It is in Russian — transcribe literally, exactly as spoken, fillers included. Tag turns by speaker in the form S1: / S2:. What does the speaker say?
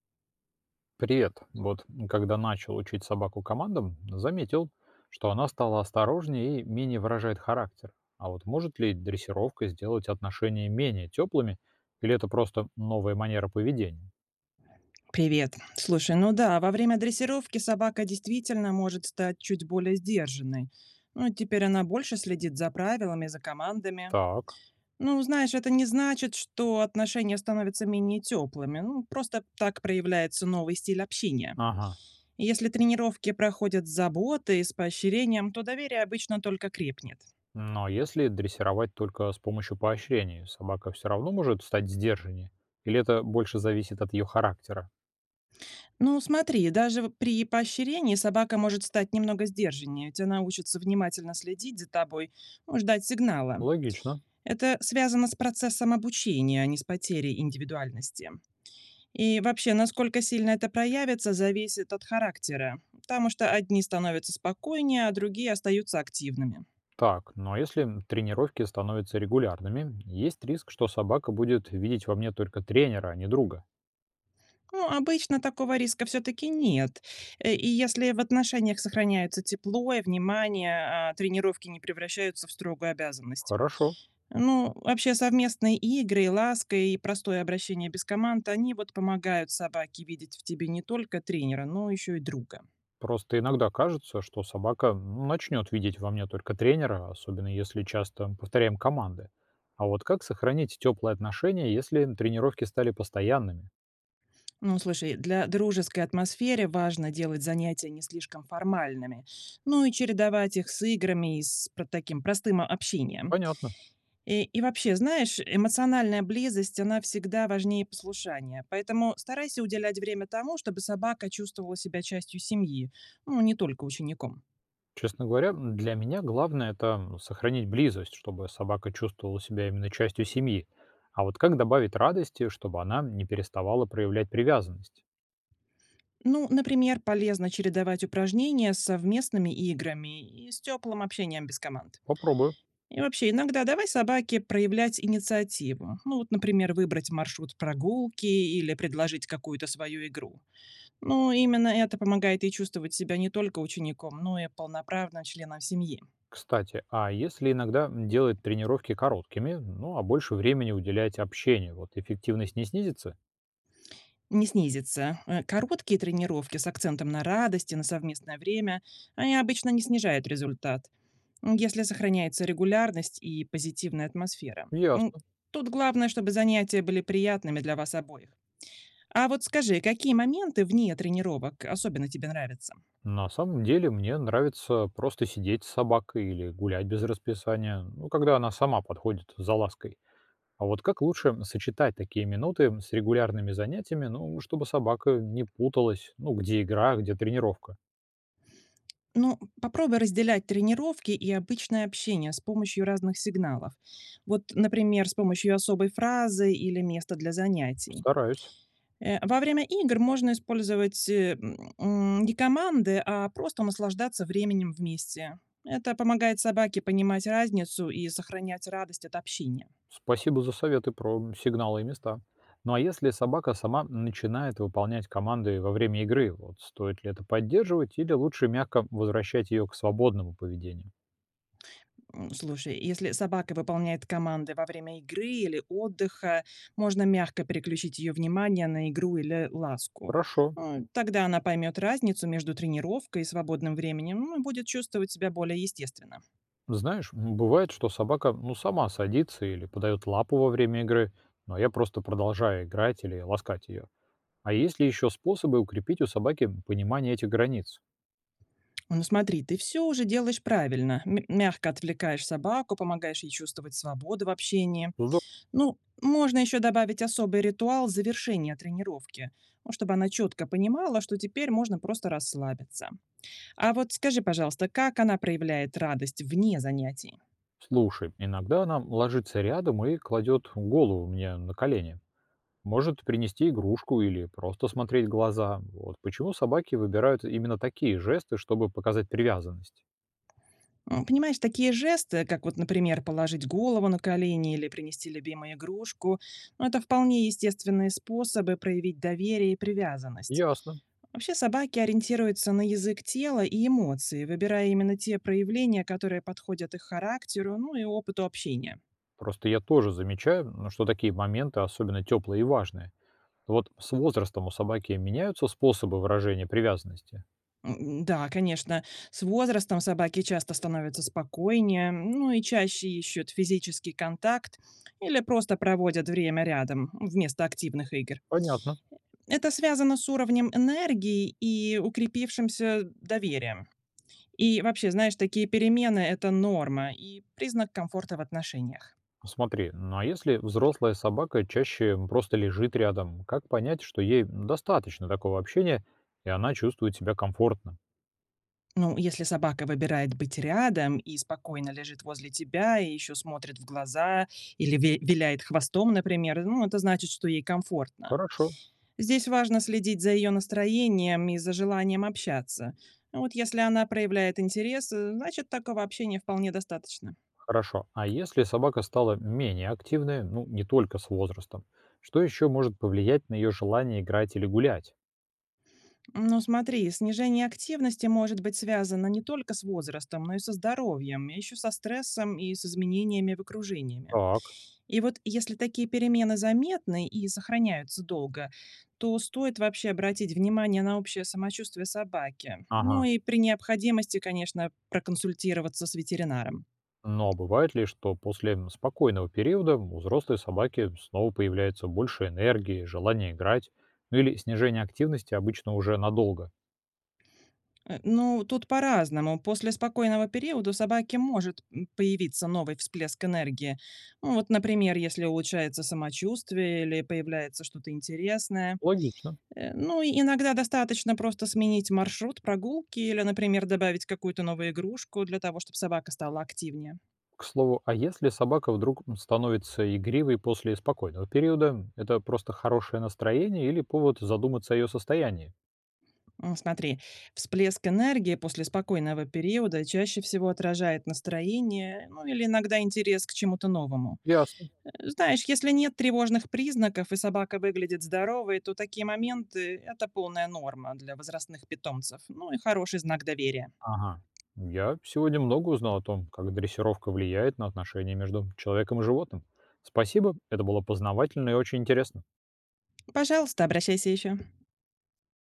S1: Привет. Вот когда начал учить собаку командам, заметил, что она стала осторожнее и менее выражает характер. А вот может ли дрессировка сделать отношения менее теплыми, или это просто новая манера поведения?
S2: Привет. Слушай, ну да, во время дрессировки собака действительно может стать чуть более сдержанной. Ну, теперь она больше следит за правилами, за командами.
S1: Так,
S2: Ну, знаешь, это не значит, что отношения становятся менее теплыми. Ну, просто так проявляется новый стиль общения.
S1: ага.
S2: И Если тренировки проходят с заботой и с поощрением, то доверие обычно только крепнет.
S1: Но если дрессировать только с помощью поощрений, собака все равно может стать сдержаннее, или это больше зависит от ее характера?
S2: Ну, смотри, даже в- при поощрении собака может стать немного сдержаннее, ведь она учится внимательно следить за тобой, ну, ждать сигнала.
S1: Логично.
S2: Это связано с процессом обучения, а не с потерей индивидуальности. И вообще, насколько сильно это проявится, зависит от характера, потому что одни становятся спокойнее, а другие остаются активными.
S1: Так, но если тренировки становятся регулярными, есть риск, что собака будет видеть во мне только тренера, а не друга.
S2: Ну, обычно такого риска все-таки нет. Э, И если в отношениях сохраняется тепло и внимание, а тренировки не превращаются в строгую обязанность.
S1: Хорошо.
S2: Ну, вообще совместные игры, и ласка и простое обращение без команд, они вот помогают собаке видеть в тебе не только тренера, но еще и друга.
S1: Просто иногда кажется, что собака начнет видеть во мне только тренера, особенно если часто повторяем команды. А вот как сохранить теплые отношения, если тренировки стали постоянными?
S2: Ну, слушай, для дружеской атмосферы важно делать занятия не слишком формальными, ну и чередовать их с играми и с про- таким простым общением.
S1: Понятно.
S2: И, и вообще, знаешь, эмоциональная близость, она всегда важнее послушания, поэтому старайся уделять время тому, чтобы собака чувствовала себя частью семьи, ну, не только учеником.
S1: Честно говоря, м, для меня главное это сохранить близость, чтобы собака чувствовала себя именно частью семьи. А вот как добавить радости, чтобы она не переставала проявлять привязанность?
S2: Ну, например, полезно чередовать упражнения с совместными играми и с теплым общением без команд.
S1: Попробую.
S2: И вообще, иногда давай собаке проявлять инициативу. Ну вот, например, выбрать маршрут прогулки или предложить какую-то свою игру. Ну, именно это помогает ей чувствовать себя не только учеником, но и полноправным членом семьи.
S1: Кстати, а если иногда делать тренировки короткими, ну а больше времени уделять общению, вот эффективность не снизится?
S2: Не снизится. Э, Короткие тренировки с акцентом на радость и на совместное время, они обычно не снижают результат, м, если сохраняется регулярность и позитивная атмосфера. М,
S1: Ясно.
S2: Тут главное, чтобы занятия были приятными для вас обоих. А вот скажи, какие моменты вне тренировок особенно тебе нравятся?
S1: На самом деле мне нравится просто сидеть с собакой или гулять без расписания, ну когда она сама подходит за лаской. А вот как лучше сочетать такие минуты с регулярными занятиями, ну чтобы собака не путалась, ну где игра, где тренировка?
S2: Ну, попробуй разделять тренировки и обычное общение с помощью разных сигналов. Вот, например, с помощью особой фразы или места для занятий.
S1: Стараюсь.
S2: Э, Во время игр можно использовать э, м, не команды, а просто наслаждаться временем вместе. Это помогает собаке понимать разницу и сохранять радость от общения.
S1: Спасибо за советы про сигналы и места. Ну а если собака сама начинает выполнять команды во время игры, вот стоит ли это поддерживать или лучше мягко возвращать ее к свободному поведению?
S2: М, Слушай, если собака выполняет команды во время игры или отдыха, можно мягко переключить ее внимание на игру или ласку.
S1: Хорошо.
S2: Э, Тогда она поймет разницу между тренировкой и свободным временем, ну, и будет чувствовать себя более естественно.
S1: Знаешь, м, бывает, что собака ну сама садится или подает лапу во время игры, но я просто продолжаю играть или ласкать ее. А есть ли еще способы укрепить у собаки понимание этих границ?
S2: Ну смотри, ты все уже делаешь правильно. М- мягко отвлекаешь собаку, помогаешь ей чувствовать свободу в общении.
S1: Здорово.
S2: Ну, можно еще добавить особый ритуал завершения тренировки, ну, чтобы она четко понимала, что теперь можно просто расслабиться. А вот скажи, пожалуйста, как она проявляет радость вне занятий?
S1: Слушай, иногда она ложится рядом и кладет голову мне на колени. Может принести игрушку или просто смотреть глаза. Вот почему собаки выбирают именно такие жесты, чтобы показать привязанность?
S2: М, понимаешь, такие жесты, как вот, например, положить голову на колени или принести любимую игрушку, ну, это вполне естественные способы проявить доверие и привязанность.
S1: Ясно.
S2: Вообще собаки ориентируются на язык тела и эмоции, выбирая именно те проявления, которые подходят их характеру, ну и опыту общения.
S1: Просто я тоже замечаю, ну, что такие моменты особенно теплые и важные. Вот с возрастом у собаки меняются способы выражения привязанности.
S2: М, да, конечно, с возрастом собаки часто становятся спокойнее, ну и чаще ищут физический контакт или просто проводят время рядом вместо активных игр.
S1: Понятно.
S2: Это связано с уровнем энергии и укрепившимся доверием. И вообще, знаешь, такие перемены – это норма и признак комфорта в отношениях.
S1: Смотри, ну а если взрослая собака чаще просто лежит рядом, как понять, что ей достаточно такого общения, и она чувствует себя комфортно?
S2: Ну, если собака выбирает быть рядом и спокойно лежит возле тебя, и еще смотрит в глаза или ве- виляет хвостом, например, ну, это значит, что ей комфортно.
S1: Хорошо.
S2: Здесь важно следить за ее настроением и за желанием общаться. Вот если она проявляет интерес, э, значит, такого общения вполне достаточно.
S1: Хорошо. А если собака стала менее активной, ну, не только с возрастом, что еще может повлиять на ее желание играть или гулять?
S2: Но смотри, снижение активности может быть связано не только с возрастом, но и со здоровьем, еще со стрессом и с изменениями в окружении.
S1: Так.
S2: И вот если такие перемены заметны и сохраняются долго, то стоит вообще обратить внимание на общее самочувствие собаки. Ну
S1: Ага.
S2: и при необходимости, конечно, проконсультироваться с ветеринаром.
S1: Но бывает ли, что после м, спокойного периода у взрослой собаки снова появляется больше энергии, желание играть, ну или снижение активности обычно уже надолго?
S2: Э, ну, тут по-разному. После спокойного периода у собаки может м, появиться новый всплеск энергии. Ну, вот, например, если улучшается самочувствие или появляется что-то интересное.
S1: Логично.
S2: Э, Ну, и иногда достаточно просто сменить маршрут прогулки или, например, добавить какую-то новую игрушку для того, чтобы собака стала активнее.
S1: К слову, а если собака вдруг м, становится игривой после спокойного периода, это просто хорошее настроение или повод задуматься о ее состоянии?
S2: М, Смотри, всплеск энергии после спокойного периода чаще всего отражает настроение, ну или иногда интерес к чему-то новому.
S1: Ясно.
S2: Э, знаешь, если нет тревожных признаков и собака выглядит здоровой, то такие моменты – это полная норма для возрастных питомцев, ну и хороший знак доверия.
S1: Ага. Я сегодня много узнал о том, как дрессировка влияет на отношения между человеком и животным. Спасибо, это было познавательно и очень интересно.
S2: Пожалуйста, обращайся еще.